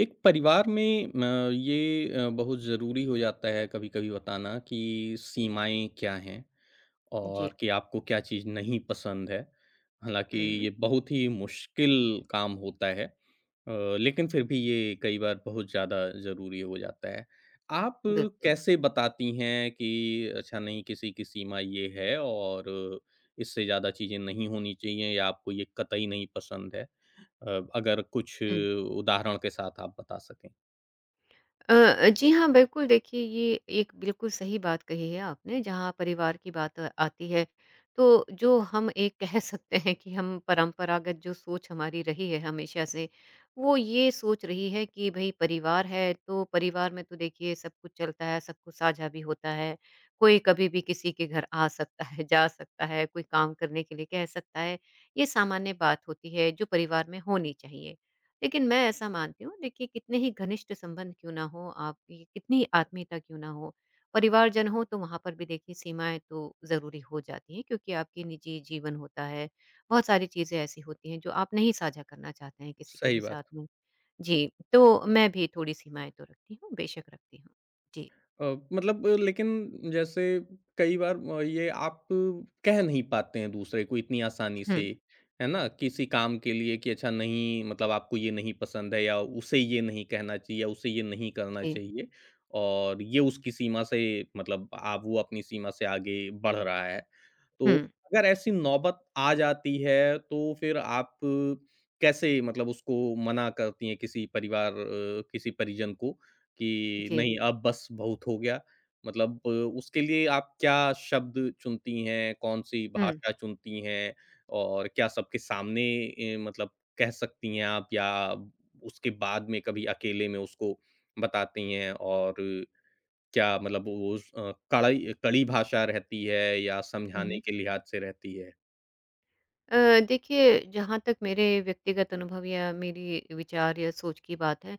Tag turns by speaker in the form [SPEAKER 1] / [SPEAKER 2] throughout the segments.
[SPEAKER 1] एक परिवार में ये बहुत ज़रूरी हो जाता है कभी-कभी बताना कि सीमाएँ क्या हैं
[SPEAKER 2] जी।
[SPEAKER 1] और कि आपको क्या चीज़ नहीं पसंद है। हालाँकि
[SPEAKER 2] हुँ,
[SPEAKER 1] ये बहुत ही मुश्किल काम होता है लेकिन फिर भी ये कई बार बहुत ज़्यादा ज़रूरी हो जाता है। आप
[SPEAKER 2] बिल्कुल।
[SPEAKER 1] कैसे बताती हैं कि अच्छा नहीं किसी की सीमा ये है और इससे ज़्यादा चीज़ें नहीं होनी चाहिए या आपको ये कतई नहीं पसंद है? अगर कुछ
[SPEAKER 2] हुँ।
[SPEAKER 1] उदाहरण के साथ आप बता सकें?
[SPEAKER 2] जी हाँ, बिल्कुल देखिए ये एक बिल्कुल सही बात कही है आपने जहाँ परिवार की बात आती है, तो जो हम एक कह सकते हैं कि हम परंपरागत जो सोच हमारी रही है हमेशा से, वो ये सोच रही है कि भई परिवार है तो परिवार में तो देखिए सब कुछ चलता है, सब कुछ साझा भी होता है, कोई कभी भी किसी के घर आ सकता है, जा सकता है, कोई काम करने के लिए कह सकता है, ये सामान्य बात होती है जो परिवार में होनी चाहिए। लेकिन मैं ऐसा मानती हूँ देखिए कितने ही घनिष्ठ संबंध क्यों ना हो आपकी कितनी आत्मीयता क्यों ना हो, परिवारजन हो तो वहाँ पर भी देखिए सीमाएँ तो ज़रूरी हो जाती हैं क्योंकि आपकी निजी जीवन होता है, बहुत सारी चीज़ें ऐसी होती हैं जो आप नहीं साझा करना चाहते हैं किसी के भी
[SPEAKER 1] सही
[SPEAKER 2] साथ
[SPEAKER 1] बात।
[SPEAKER 2] में। जी, तो मैं भी थोड़ी सीमाएँ तो रखती हूँ, बेशक रखती हूँ। जी,
[SPEAKER 1] अ, मतलब लेकिन जैसे कई बार ये आप कह नहीं पाते हैं दूसरे को इतनी आसानी
[SPEAKER 2] हुँ,
[SPEAKER 1] से, है ना? किसी काम के लिए कि अच्छा नहीं मतलब आपको ये नहीं पसंद है या उसे ये नहीं कहना चाहिए या उसे ये नहीं करना
[SPEAKER 2] जी,
[SPEAKER 1] चाहिए और ये उसकी सीमा से मतलब आप वो अपनी सीमा से आगे बढ़ रहा है। तो
[SPEAKER 2] हुँ,
[SPEAKER 1] अगर ऐसी नौबत आ जाती है तो फिर आप कैसे मतलब उसको मना करती हैं किसी किसी परिजन को? कि
[SPEAKER 2] जी,
[SPEAKER 1] नहीं अब बस बहुत हो गया? मतलब उसके लिए आप क्या शब्द चुनती हैं, कौन-सी
[SPEAKER 2] हुँ,
[SPEAKER 1] भाषा चुनती हैं और क्या सबके सामने मतलब कह सकती हैं आप या उसके बाद में कभी अकेले में उसको बताती हैं? और क्या मतलब वो कड़ई कड़ी भाषा रहती है या
[SPEAKER 2] हुँ,
[SPEAKER 1] समझाने
[SPEAKER 2] हुँ।
[SPEAKER 1] के लिहाज से रहती है?
[SPEAKER 2] देखिए जहाँ तक मेरे व्यक्तिगत अनुभव या मेरी विचार या सोच की बात है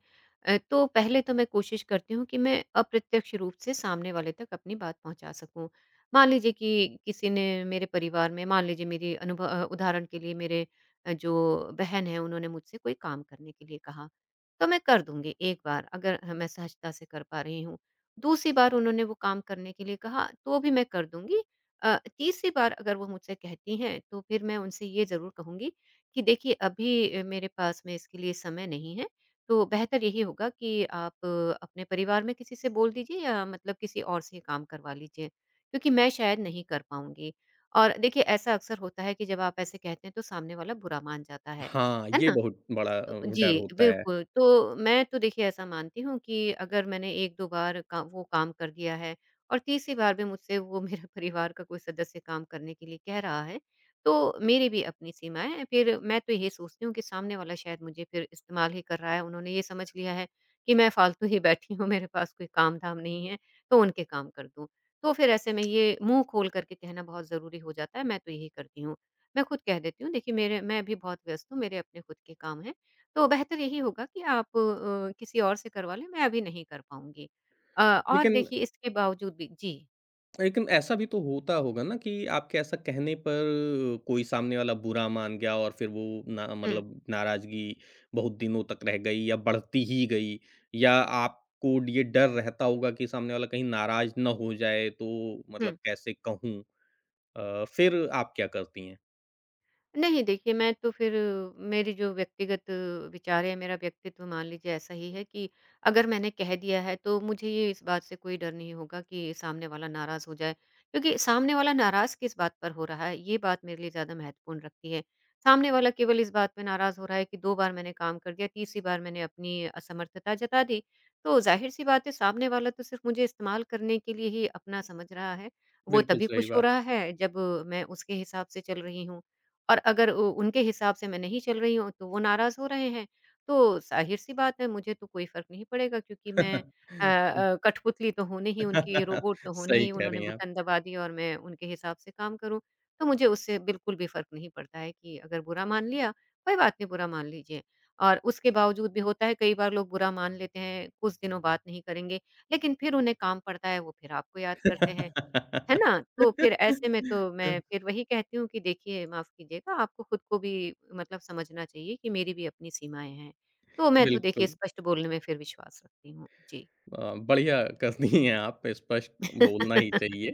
[SPEAKER 2] तो पहले तो मैं कोशिश करती हूँ कि मैं अप्रत्यक्ष रूप से सामने वाले तक अपनी बात पहुँचा सकूँ। मान लीजिए कि किसी ने मेरे परिवार में मान लीजिए मेरी अनुभव उदाहरण के लिए मेरे जो बहन हैं उन्होंने मुझसे कोई काम करने के लिए कहा, तो मैं कर दूँगी एक बार अगर मैं सहजता से कर पा रही हूँ। दूसरी बार उन्होंने वो काम करने के लिए कहा, तो भी मैं कर दूँगी तीसरी बार अगर वो मुझसे कहती हैं तो फिर मैं उनसे ये ज़रूर कहूँगी कि देखिए अभी मेरे पास में इसके लिए समय नहीं है, तो बेहतर यही होगा कि आप अपने परिवार में किसी से बोल दीजिए या मतलब किसी और से ये काम करवा लीजिए, क्योंकि मैं शायद नहीं कर पाऊँगी। और देखिए ऐसा अक्सर होता है कि जब आप ऐसे कहते हैं तो सामने वाला बुरा मान जाता
[SPEAKER 1] हाँ,
[SPEAKER 2] है
[SPEAKER 1] ये
[SPEAKER 2] ना?
[SPEAKER 1] बहुत बड़ा
[SPEAKER 2] तो
[SPEAKER 1] डर
[SPEAKER 2] जी,
[SPEAKER 1] होता है।
[SPEAKER 2] बिल्कुल। तो मैं तो देखिए ऐसा मानती हूँ कि अगर मैंने 1-2 बार का वो काम कर दिया है और तीसरी बार भी मुझसे वो मेरे परिवार का कोई सदस्य काम करने के लिए कह रहा है, तो मेरी भी अपनी सीमाएँ हैं। फिर मैं तो ये सोचती हूँ कि सामने वाला शायद मुझे फिर इस्तेमाल ही कर रहा है, उन्होंने ये समझ लिया है कि मैं फ़ालतू ही बैठी हूँ, मेरे पास कोई काम-धाम नहीं है, तो उनके काम कर दूँ। तो फिर ऐसे में ये मुँह खोल करके कहना बहुत ज़रूरी हो जाता है, मैं तो यही करती हूँ। मैं खुद कह देती हूँ, देखिए मेरे मैं भी बहुत व्यस्त हूँ, मेरे अपने खुद के काम हैं। तो बेहतर यही होगा कि आप किसी और से करवा लें, मैं अभी नहीं कर पाऊँगी। और
[SPEAKER 1] लेकिन
[SPEAKER 2] देखिए इसके बावजूद भी जी।
[SPEAKER 1] लेकिन ऐसा भी तो होता होगा ना कि आपके ऐसा कहने पर कोई सामने वाला बुरा मान गया और फिर वो ना
[SPEAKER 2] हुँ,
[SPEAKER 1] मतलब नाराज़गी बहुत दिनों तक रह गई या बढ़ती ही गई या आपको ये डर रहता होगा कि सामने वाला कहीं नाराज़ ना हो जाए तो मतलब
[SPEAKER 2] हुँ।
[SPEAKER 1] कैसे कहूँ फिर आप क्या करती हैं?
[SPEAKER 2] नहीं देखिए मैं तो फिर मेरी जो व्यक्तिगत विचार है मेरा व्यक्तित्व मान लीजिए ऐसा ही है कि अगर मैंने कह दिया है तो मुझे ये इस बात से कोई डर नहीं होगा कि सामने वाला नाराज़ हो जाए क्योंकि सामने वाला नाराज़ किस बात पर हो रहा है ये बात मेरे लिए ज़्यादा महत्वपूर्ण रखती है सामने वाला केवल इस बात पे नाराज़ हो रहा है कि दो बार मैंने काम कर दिया तीसरी बार मैंने अपनी असमर्थता जता दी तो जाहिर सी बात है सामने वाला तो सिर्फ मुझे इस्तेमाल करने के लिए ही अपना समझ रहा है वो
[SPEAKER 1] बिल्कुल
[SPEAKER 2] तभी
[SPEAKER 1] सही
[SPEAKER 2] खुश हो
[SPEAKER 1] बात।
[SPEAKER 2] रहा है जब मैं उसके हिसाब से चल रही हूँ और अगर उ उनके हिसाब से मैं नहीं चल रही हूँ, तो वो नाराज़ हो रहे हैं। तो ज़ाहिर-सी बात है मुझे तो कोई फ़र्क नहीं पड़ेगा क्योंकि मैं कठपुतली तो हूँ नहीं, उनकी रोबोट तो हूँ
[SPEAKER 1] सही
[SPEAKER 2] नहीं,
[SPEAKER 1] कह
[SPEAKER 2] उन्होंने
[SPEAKER 1] रही हैं आप।
[SPEAKER 2] बटन दबा दिया और मैं उनके हिसाब से काम करूँ। तो मुझे उससे बिल्कुल भी फ़र्क नहीं पड़ता है कि अगर बुरा मान लिया, कोई बात नहीं बुरा मान लीजिए। और उसके बावजूद भी होता है कई बार लोग बुरा मान लेते हैं, कुछ दिनों बात नहीं करेंगे, लेकिन फिर उन्हें काम पड़ता है, वो फिर आपको याद करते हैं। है ना? तो फिर ऐसे में तो मैं फिर वही कहती हूँ कि देखिए माफ़ कीजिएगा आपको खुद को भी मतलब समझना चाहिए कि मेरी भी अपनी सीमाएँ हैं। तो मैं तो देखिए
[SPEAKER 1] बिल्कुल।
[SPEAKER 2] स्पष्ट बोलने में फिर विश्वास रखती हूँ। जी।
[SPEAKER 1] बढ़िया करती हैं आप, स्पष्ट बोलना ही चाहिए।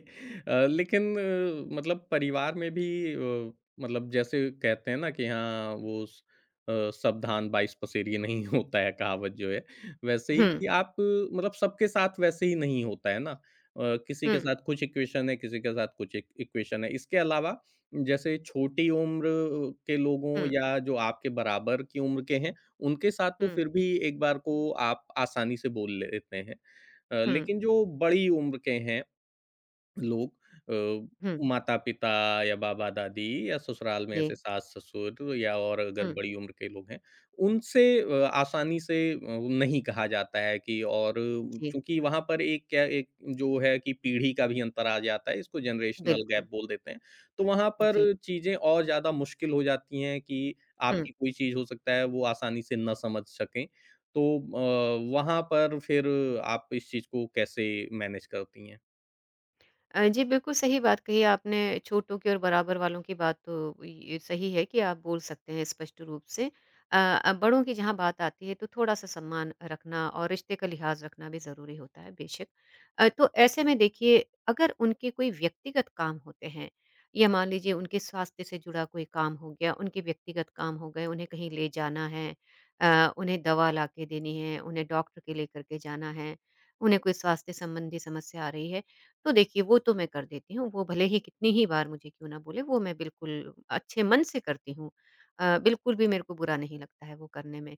[SPEAKER 1] लेकिन मतलब परिवार में भी मतलब जैसे कहते हैं ना कि हाँ, सब धान 22 पसेरी नहीं होता है, कहावत जो है। वैसे ही
[SPEAKER 2] हुँ,
[SPEAKER 1] कि आप मतलब सबके साथ वैसे ही नहीं होता है ना। किसी के
[SPEAKER 2] हुँ,
[SPEAKER 1] साथ कुछ इक्वेशन है, किसी के साथ कुछ इक इक्वेशन है। इसके अलावा जैसे छोटी उम्र के लोगों
[SPEAKER 2] हुँ,
[SPEAKER 1] या जो आपके बराबर की उम्र के हैं, उनके साथ तो
[SPEAKER 2] हुँ,
[SPEAKER 1] फिर भी एक बार को आप आसानी से बोल लेते हैं।
[SPEAKER 2] हुँ,
[SPEAKER 1] लेकिन जो बड़ी उम्र के हैं लोग अ,
[SPEAKER 2] हुँ।
[SPEAKER 1] माता-पिता या बाबा-दादी या ससुराल में
[SPEAKER 2] जी,
[SPEAKER 1] ऐसे सास-ससुर या और अगर
[SPEAKER 2] हुँ,
[SPEAKER 1] बड़ी उम्र के लोग हैं, उनसे आसानी से नहीं कहा जाता है कि और
[SPEAKER 2] जी,
[SPEAKER 1] चूँकि वहाँ पर एक क्या एक जो है कि पीढ़ी का भी अंतर आ जाता है, इसको जनरेशनल
[SPEAKER 2] बिल्कुल।
[SPEAKER 1] गैप बोल देते हैं। तो वहाँ पर
[SPEAKER 2] जी,
[SPEAKER 1] चीज़ें और ज़्यादा मुश्किल हो जाती हैं कि
[SPEAKER 2] हुँ।
[SPEAKER 1] आपकी कोई चीज़ हो सकता है वो आसानी से ना समझ सकें। तो वहाँ पर फिर आप इस चीज़ को कैसे मैनेज करती हैं?
[SPEAKER 2] जी, बिल्कुल सही बात कही आपने, छोटों की और बराबर वालों की बात तो ये सही है कि आप बोल सकते हैं स्पष्ट रूप से। अ बड़ों की जहाँ बात आती है तो थोड़ा-सा सम्मान रखना और रिश्ते का लिहाज़ रखना भी ज़रूरी होता है बेशक। तो ऐसे में देखिए अगर उनके कोई व्यक्तिगत काम होते हैं या मान लीजिए उनके स्वास्थ्य से जुड़ा कोई काम हो गया, उनके व्यक्तिगत काम हो गए, उन्हें कहीं ले जाना है, उन्हें दवा लाके देनी है, उन्हें डॉक्टर के लेकर के जाना है, उन्हें कोई स्वास्थ्य संबंधी समस्या आ रही है तो देखिए वो तो मैं कर देती हूँ, वो भले ही कितनी ही बार मुझे क्यों ना बोले वो मैं बिल्कुल अच्छे मन से करती हूँ। बिल्कुल भी मेरे को बुरा नहीं लगता है वो करने में।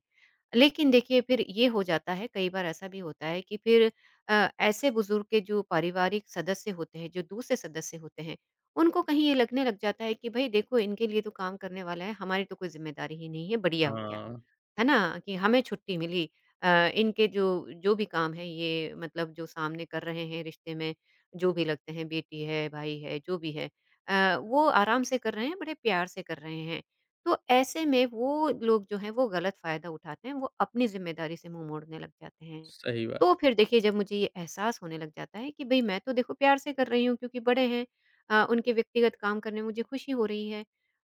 [SPEAKER 2] लेकिन देखिए फिर ये हो जाता है कई बार ऐसा भी होता है कि फिर ऐसे बुज़ुर्ग के जो पारिवारिक सदस्य होते हैं, जो दूसरे सदस्य होते हैं, उनको कहीं ये लगने लग जाता है कि भई देखो इनके लिए तो काम करने वाला है, हमारी तो कोई ज़िम्मेदारी ही नहीं है, बढ़िया हो गया।
[SPEAKER 1] हाँ।
[SPEAKER 2] है ना? कि हमें छुट्टी मिली अ, इनके जो जो भी काम है ये मतलब जो सामने कर रहे हैं रिश्ते में, जो भी लगते हैं बेटी है, भाई है, जो भी है वो आराम से कर रहे हैं, बड़े प्यार से कर रहे हैं। तो ऐसे में वो लोग जो हैं वो गलत फ़ायदा उठाते हैं, वो अपनी ज़िम्मेदारी से मुँह मोड़ने लग जाते हैं।
[SPEAKER 1] सही
[SPEAKER 2] तो
[SPEAKER 1] बात।
[SPEAKER 2] फिर देखिए जब मुझे ये एहसास होने लग जाता है कि भई मैं तो देखो प्यार से कर रही हूँ क्योंकि बड़े हैं उनके व्यक्तिगत काम करने में मुझे खुशी हो रही है।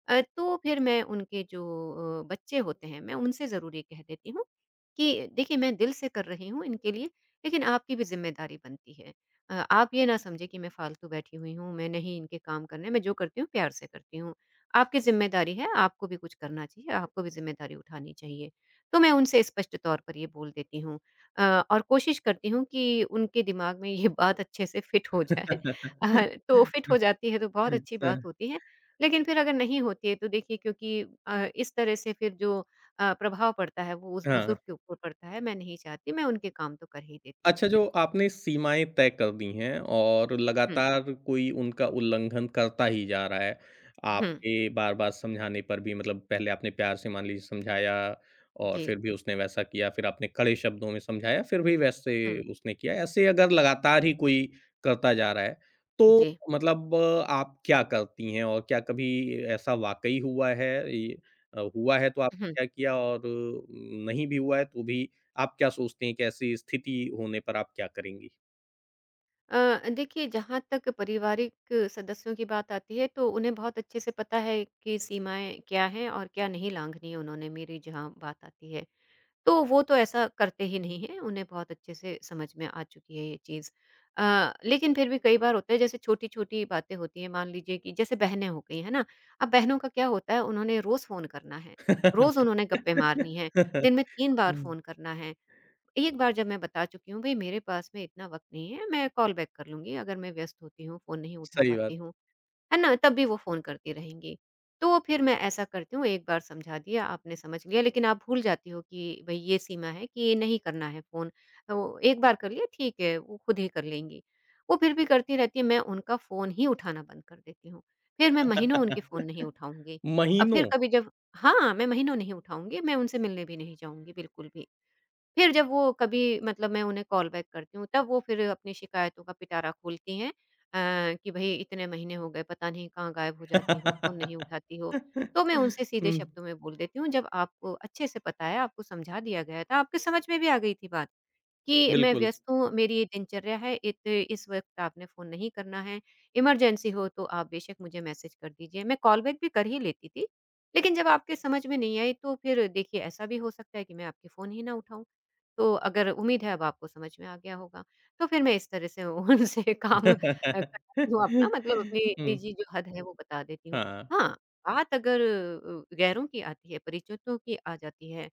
[SPEAKER 2] तो फिर मैं उनके जो बच्चे होते हैं, मैं उनसे ज़रूर ये कह देती हूँ कि देखिए मैं दिल से कर रही हूँ इनके लिए, लेकिन आपकी भी ज़िम्मेदारी बनती है। आप ये ना समझें कि मैं फ़ालतू बैठी हुई हूँ, मैं नहीं इनके काम करने मैं जो करती हूँ प्यार से करती हूँ। आपकी ज़िम्मेदारी है, आपको भी कुछ करना चाहिए, आपको भी ज़िम्मेदारी उठानी चाहिए। तो मैं उनसे स्पष्ट तौर पर ये बोल देती हूँ अ, और कोशिश करती हूँ कि उनके दिमाग में ये बात अच्छे से फिट हो जाए। तो फिट हो जाती है तो बहुत अच्छी
[SPEAKER 1] हाँ,
[SPEAKER 2] बात होती है। लेकिन फिर अगर नहीं होती है तो देखिए क्योंकि इस तरह से फिर जो प्रभाव पड़ता है वो उस
[SPEAKER 1] हाँ।
[SPEAKER 2] बुजुर्ग के ऊपर पड़ता है, मैं नहीं चाहती, मैं उनके काम तो कर ही देती हूँ
[SPEAKER 1] अच्छा,
[SPEAKER 2] फिर
[SPEAKER 1] जो
[SPEAKER 2] भी।
[SPEAKER 1] आपने सीमाएँ तय कर दी हैं और
[SPEAKER 2] हुँ,
[SPEAKER 1] लगातार कोई उनका उल्लंघन करता ही जा रहा है,
[SPEAKER 2] हुँ,
[SPEAKER 1] आपके बार-बार समझाने पर भी मतलब पहले आपने प्यार से मान लीजिए समझाया और
[SPEAKER 2] जी,
[SPEAKER 1] फिर भी उसने वैसा किया, फिर आपने कड़े शब्दों में समझाया, फिर भी वैसे
[SPEAKER 2] हुँ,
[SPEAKER 1] उसने किया, ऐसे अगर लगातार ही कोई करता जा रहा है, तो
[SPEAKER 2] जी,
[SPEAKER 1] मतलब आप क्या करती हैं और क्या कभी ऐसा वाक़ई हुआ है? ये हुआ है तो
[SPEAKER 2] हुँ।
[SPEAKER 1] आपने क्या किया और नहीं भी हुआ है तो भी आप क्या सोचते हैं कि ऐसी स्थिति होने पर आप क्या करेंगी?
[SPEAKER 2] देखिए जहाँ तक पारिवारिक सदस्यों की बात आती है तो उन्हें बहुत अच्छे से पता है कि सीमाएँ क्या हैं और क्या नहीं लाँघनी है उन्होंने मेरी जहाँ बात आती है। तो वो तो ऐसा करते ही नहीं हैं, उन्हें बहुत अच्छे से समझ में आ चुकी है ये चीज़। लेकिन फिर भी कई बार होता है जैसे छोटी-छोटी बातें होती हैं, मान लीजिए कि जैसे बहनें हो गई, है ना? अब बहनों का क्या होता है उन्होंने रोज़ फ़ोन करना है, रोज़ उन्होंने गप्पे मारनी हैं, दिन में 3 बार
[SPEAKER 1] हुँ,
[SPEAKER 2] फ़ोन करना है। एक बार जब मैं बता चुकी हूँ भई मेरे पास में इतना वक़्त नहीं है, मैं कॉल बैक कर लूँगी अगर मैं व्यस्त होती हूँ, फ़ोन नहीं उठा
[SPEAKER 1] सही
[SPEAKER 2] पाती
[SPEAKER 1] बात।
[SPEAKER 2] हूँ। है ना? तब भी वो फ़ोन करती रहेंगी। तो फिर मैं ऐसा करती हूँ, एक बार समझा दिया, आपने समझ लिया, लेकिन आप भूल जाती हो कि भई ये सीमा है कि नहीं करना है फ़ोन। तो एक बार कर लिया ठीक है, वो खुद ही कर लेंगी। वो फिर भी करती रहती है, मैं उनका फ़ोन ही उठाना बंद कर देती हूँ। फिर मैं महीनों उनके फ़ोन नहीं उठाऊँगी। अब फिर
[SPEAKER 1] महीनों।
[SPEAKER 2] कभी जब हाँ, मैं महीनों नहीं उठाऊँगी, मैं उनसे मिलने भी नहीं जाऊँगी बिल्कुल भी। फिर जब वो कभी मतलब मैं उन्हें कॉल बैक करती हूँ, तब वो फिर अपनी शिकायतों का पिटारा खोलती हैं कि भई इतने महीने हो गए, पता नहीं कहाँ गायब हो जाती हो, फ़ोन नहीं उठाती हो। तो मैं उनसे सीधे
[SPEAKER 1] हुँ,
[SPEAKER 2] शब्दों में बोल देती हूँ, जब आपको अच्छे से पता है, आपको समझा दिया गया था, आपके समझ में भी आ गई थी बात कि मैं
[SPEAKER 1] बिल्कुल।
[SPEAKER 2] व्यस्त हूँ, मेरी ये दिनचर्या है, इत इस वक़्त आपने फ़ोन नहीं करना है, इमरजेंसी हो तो आप बेशक मुझे मैसेज कर दीजिए। मैं कॉल बैक भी कर ही लेती थी, लेकिन जब आपके समझ में नहीं आई, तो फिर देखिए ऐसा भी हो सकता है कि मैं आपके फ़ोन ही ना उठाऊँ। तो अगर उम्मीद है अब आपको समझ में आ गया होगा। तो फिर मैं इस तरह से उनसे काम कराती हूँ अपना मतलब अपनी
[SPEAKER 1] हुँ,
[SPEAKER 2] निजी जो हद है वो बता देती हूँ।
[SPEAKER 1] हाँ,
[SPEAKER 2] हाँ, बात अगर गैरों की आती है, परिचितों की आ जाती है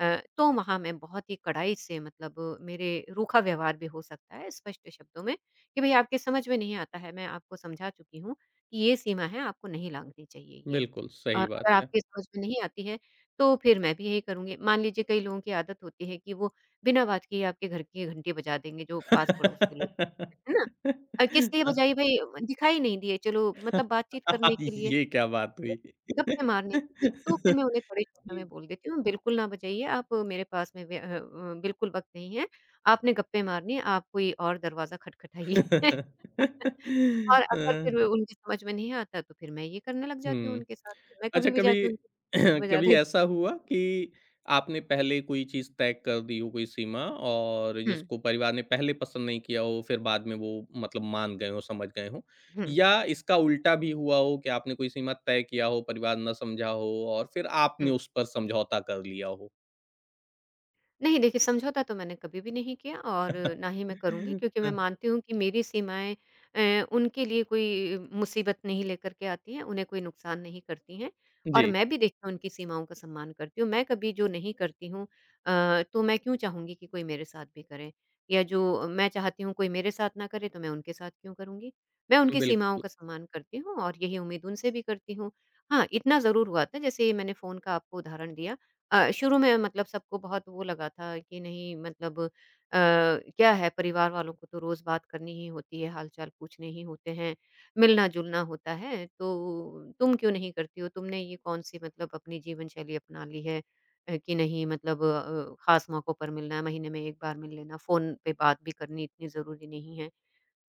[SPEAKER 2] तो वहाँ मैं बहुत ही कड़ाई से मतलब मेरे रूखा व्यवहार भी हो सकता है स्पष्ट शब्दों में कि भई आपके समझ में नहीं आता है, मैं आपको समझा चुकी हूँ कि ये सीमा है, आपको नहीं लाँघनी चाहिए ये।
[SPEAKER 1] बिल्कुल
[SPEAKER 2] और
[SPEAKER 1] सही बात
[SPEAKER 2] अगर
[SPEAKER 1] है।
[SPEAKER 2] आपके समझ में नहीं आती है, तो फिर मैं भी यही करूँगी। मान लीजिए कई लोगों की आदत होती है कि वो बिना बात किए आपके घर की घंटी बजा देंगे जो पास-पड़ोस के लोग हैं, है ना? किस लिए बजाई भई, दिखाई नहीं दिए, चलो मतलब बातचीत करने के लिए,
[SPEAKER 1] ये क्या बात हुई?
[SPEAKER 2] गप्पे मारने के लिए, तो फिर मैं उन्हें कड़े शब्दों
[SPEAKER 1] हुँ।
[SPEAKER 2] में बोल देती हूँ बिल्कुल ना बजाइए आप मेरे पास में बिल्कुल वक़्त नहीं है, आपने गप्पे मारने हैं आप कोई और दरवाज़ा खटखटाइए और अगर
[SPEAKER 1] अ,
[SPEAKER 2] फिर वो उनकी समझ में नहीं आता तो फिर मैं ये करने लग जाती हूँ
[SPEAKER 1] हुँ।
[SPEAKER 2] उनके साथ, मैं
[SPEAKER 1] अच्छा
[SPEAKER 2] कभी भी
[SPEAKER 1] कभी
[SPEAKER 2] जाके उनकी घंटी बजा
[SPEAKER 1] कभी
[SPEAKER 2] देती
[SPEAKER 1] ऐसा हुआ कि आपने पहले कोई चीज़ तय कर दी हो कोई सीमा और
[SPEAKER 2] हुँ,
[SPEAKER 1] जिसको परिवार ने पहले पसंद नहीं किया हो फिर बाद में वो मतलब मान गए हो समझ गए हो
[SPEAKER 2] हुँ,
[SPEAKER 1] या इसका उल्टा भी हुआ हो कि आपने कोई सीमा तय किया हो परिवार न समझा हो और फिर आपने
[SPEAKER 2] हुँ।
[SPEAKER 1] उस पर समझौता कर लिया हो
[SPEAKER 2] नहीं देखिए, समझौता तो मैंने कभी भी नहीं किया और ना ही मैं करूँगी क्योंकि मैं मानती हूँ कि मेरी सीमाएँ उनके लिए कोई मुसीबत नहीं लेकर के आती हैं, उन्हें कोई नुकसान नहीं करती हैं और
[SPEAKER 1] जी
[SPEAKER 2] मैं भी देखिए उनकी सीमाओं का सम्मान करती हूँ। मैं कभी जो नहीं करती हूँ तो मैं क्यों चाहूँगी कि कोई मेरे साथ भी करे या जो मैं चाहती हूँ कोई मेरे साथ ना करे तो मैं उनके साथ क्यों करूँगी? मैं उनकी सीमाओं
[SPEAKER 1] बिल्कुल
[SPEAKER 2] का सम्मान करती हूँ और यही उम्मीद उनसे भी करती हूँ। हाँ, इतना ज़रूर हुआ था जैसे मैंने फ़ोन का आपको उदाहरण दिया, शुरू में मतलब सबको बहुत वो लगा था कि नहीं मतलब क्या है परिवार वालों को तो रोज़ बात करनी ही होती है, हाल-चाल पूछने ही होते हैं, मिलना-जुलना होता है, तो तुम क्यों नहीं करती हो? तुमने ये कौन-सी मतलब अपनी जीवन शैली अपना ली है, कि नहीं मतलब ख़ास मौक़ों पर मिलना है, महीने में 1 बार मिल लेना, फ़ोन पे बात भी करनी इतनी ज़रूरी नहीं है।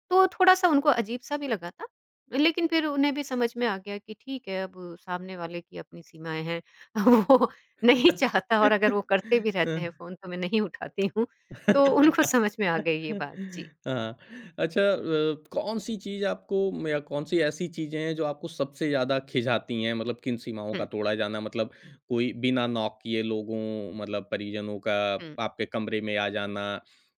[SPEAKER 2] तो थोड़ा-सा उनको अजीब-सा भी लगा था। लेकिन फिर उन्हें भी समझ में आ गया कि ठीक है, अब सामने वाले की अपनी सीमाएँ हैं। वो नहीं चाहता और अगर वो करते भी रहते हैं
[SPEAKER 1] हाँ।
[SPEAKER 2] फ़ोन तो मैं नहीं उठाती हूँ। तो उनको समझ में आ गई ये बात। जी।
[SPEAKER 1] हाँ, अच्छा कौन-सी चीज़ आपको म या कौन-सी ऐसी चीज़ें हैं जो आपको सबसे ज़्यादा खिंचाती हैं? मतलब किन सीमाओं का
[SPEAKER 2] हुँ,
[SPEAKER 1] तोड़ा जाना मतलब कोई बिना नॉक किए लोगों मतलब परिजनों का
[SPEAKER 2] हुँ।
[SPEAKER 1] आपके कमरे में आ जाना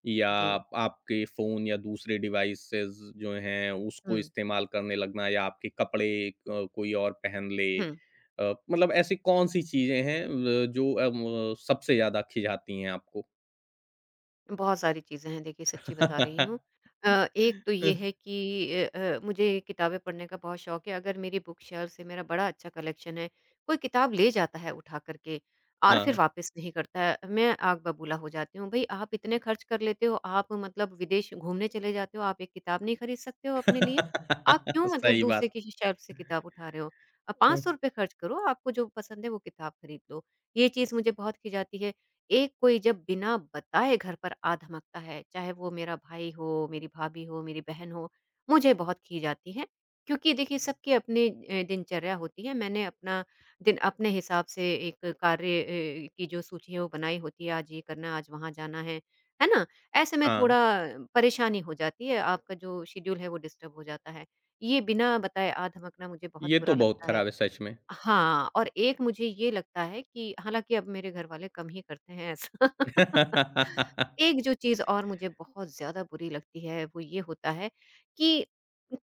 [SPEAKER 1] या
[SPEAKER 2] जी।
[SPEAKER 1] आपके फ़ोन या दूसरे डिवाइसेज़ जो हैं उसको
[SPEAKER 2] हुँ,
[SPEAKER 1] इस्तेमाल करने लगना या आपके कपड़े कोई और पहन ले।
[SPEAKER 2] हुँ।
[SPEAKER 1] मतलब ऐसी कौन-सी चीज़ें हैं जो म सबसे ज़्यादा खिंचाती हैं आपको?
[SPEAKER 2] बहुत सारी चीज़ें हैं देखिए सच्ची बता रही हूँ। एक तो ये
[SPEAKER 1] अ,
[SPEAKER 2] है कि मुझे किताबें पढ़ने का बहुत शौक है, अगर मेरी बुक शेल्फ से मेरा बड़ा अच्छा कलेक्शन है, कोई किताब ले जाता है उठा कर के और फिर
[SPEAKER 1] हाँ।
[SPEAKER 2] वापस नहीं करता है, मैं आग बबूला हो जाती हूँ, भई आप इतने खर्च कर लेते हो, आप मतलब विदेश घूमने चले जाते हो, आप एक किताब नहीं खरीद सकते हो अपने लिए? आप क्यों मतलब
[SPEAKER 1] सही
[SPEAKER 2] दूसरे
[SPEAKER 1] बात।
[SPEAKER 2] की शेल्फ से किताब उठा रहे हो?
[SPEAKER 1] हुँ,
[SPEAKER 2] ₹500 खर्च करो, आपको जो पसंद है वो किताब खरीद लो। ये चीज़ मुझे बहुत खिजाती है। एक कोई जब बिना बताए घर पर आ धमकता है, चाहे वो मेरा भाई हो, मेरी भाभी हो, मेरी बहन हो, मुझे बहुत खीज आती है। क्योंकि देखिए सबकी अपनी दिनचर्या होती है। मैंने अपना दिन अपने हिसाब से एक कार्य की जो सूची है वो बनाई होती है, आज ये करना है, आज वहाँ जाना है ना? ऐसे में
[SPEAKER 1] हाँ,
[SPEAKER 2] थोड़ा परेशानी हो जाती है, आपका जो शेड्यूल है वो डिस्टर्ब हो जाता है। ये बिना बताए आ धमकना मुझे बहुत
[SPEAKER 1] ये
[SPEAKER 2] बुरा
[SPEAKER 1] तो बहुत
[SPEAKER 2] लगता है।
[SPEAKER 1] खराब है सच में।
[SPEAKER 2] हाँ, और एक मुझे ये लगता है कि हालाँकि अब मेरे घर वाले कम ही करते हैं ऐसा। एक जो चीज़ और मुझे बहुत ज़्यादा बुरी लगती है वो ये होता है कि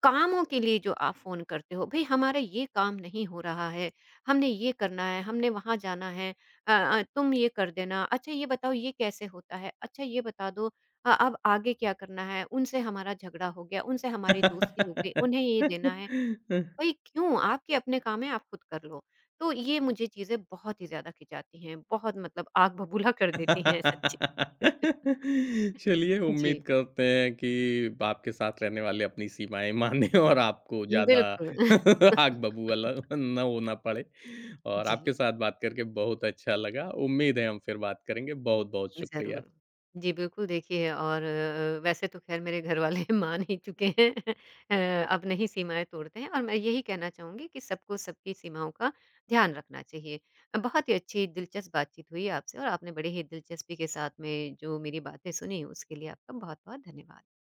[SPEAKER 2] कामों के लिए जो आप फ़ोन करते हो, भई हमारा ये काम नहीं हो रहा है, हमने ये करना है, हमने वहाँ जाना है, तुम ये कर देना, अच्छा ये बताओ ये कैसे होता है? अच्छा ये बता दो अब आगे क्या करना है? उनसे हमारा झगड़ा हो गया, उनसे हमारी दोस्ती हो गई, उन्हें ये देना है। भाई क्यों? आपके अपने काम हैं, आप खुद कर लो। तो ये मुझे चीज़ें बहुत ही ज़्यादा खिंचाती हैं, बहुत मतलब आग बबूला कर देती हैं सच्ची।
[SPEAKER 1] चलिए
[SPEAKER 2] जी,
[SPEAKER 1] उम्मीद करते हैं कि आपके साथ रहने वाले अपनी सीमाएँ माने और आपको ज़्यादा
[SPEAKER 2] बिल्कुल।
[SPEAKER 1] आग बबूला ना होना पड़े और आपके
[SPEAKER 2] जी,
[SPEAKER 1] साथ बात करके बहुत अच्छा लगा। उम्मीद है हम फिर बात करेंगे। बहुत-बहुत
[SPEAKER 2] ज़रूर।
[SPEAKER 1] शुक्रिया।
[SPEAKER 2] जी, बिल्कुल देखिए और वैसे तो ख़ैर मेरे घर वाले मान ही चुके हैं। अब नहीं सीमाएँ तोड़ते हैं और मैं यही कहना चाहूँगी कि सबको सबकी सीमाओं का ध्यान रखना चाहिए। बहुत ही अच्छी दिलचस्प बातचीत हुई आपसे और आपने बड़े ही दिलचस्पी के साथ में जो मेरी बातें सुनी, उसके लिए आपका बहुत-बहुत धन्यवाद।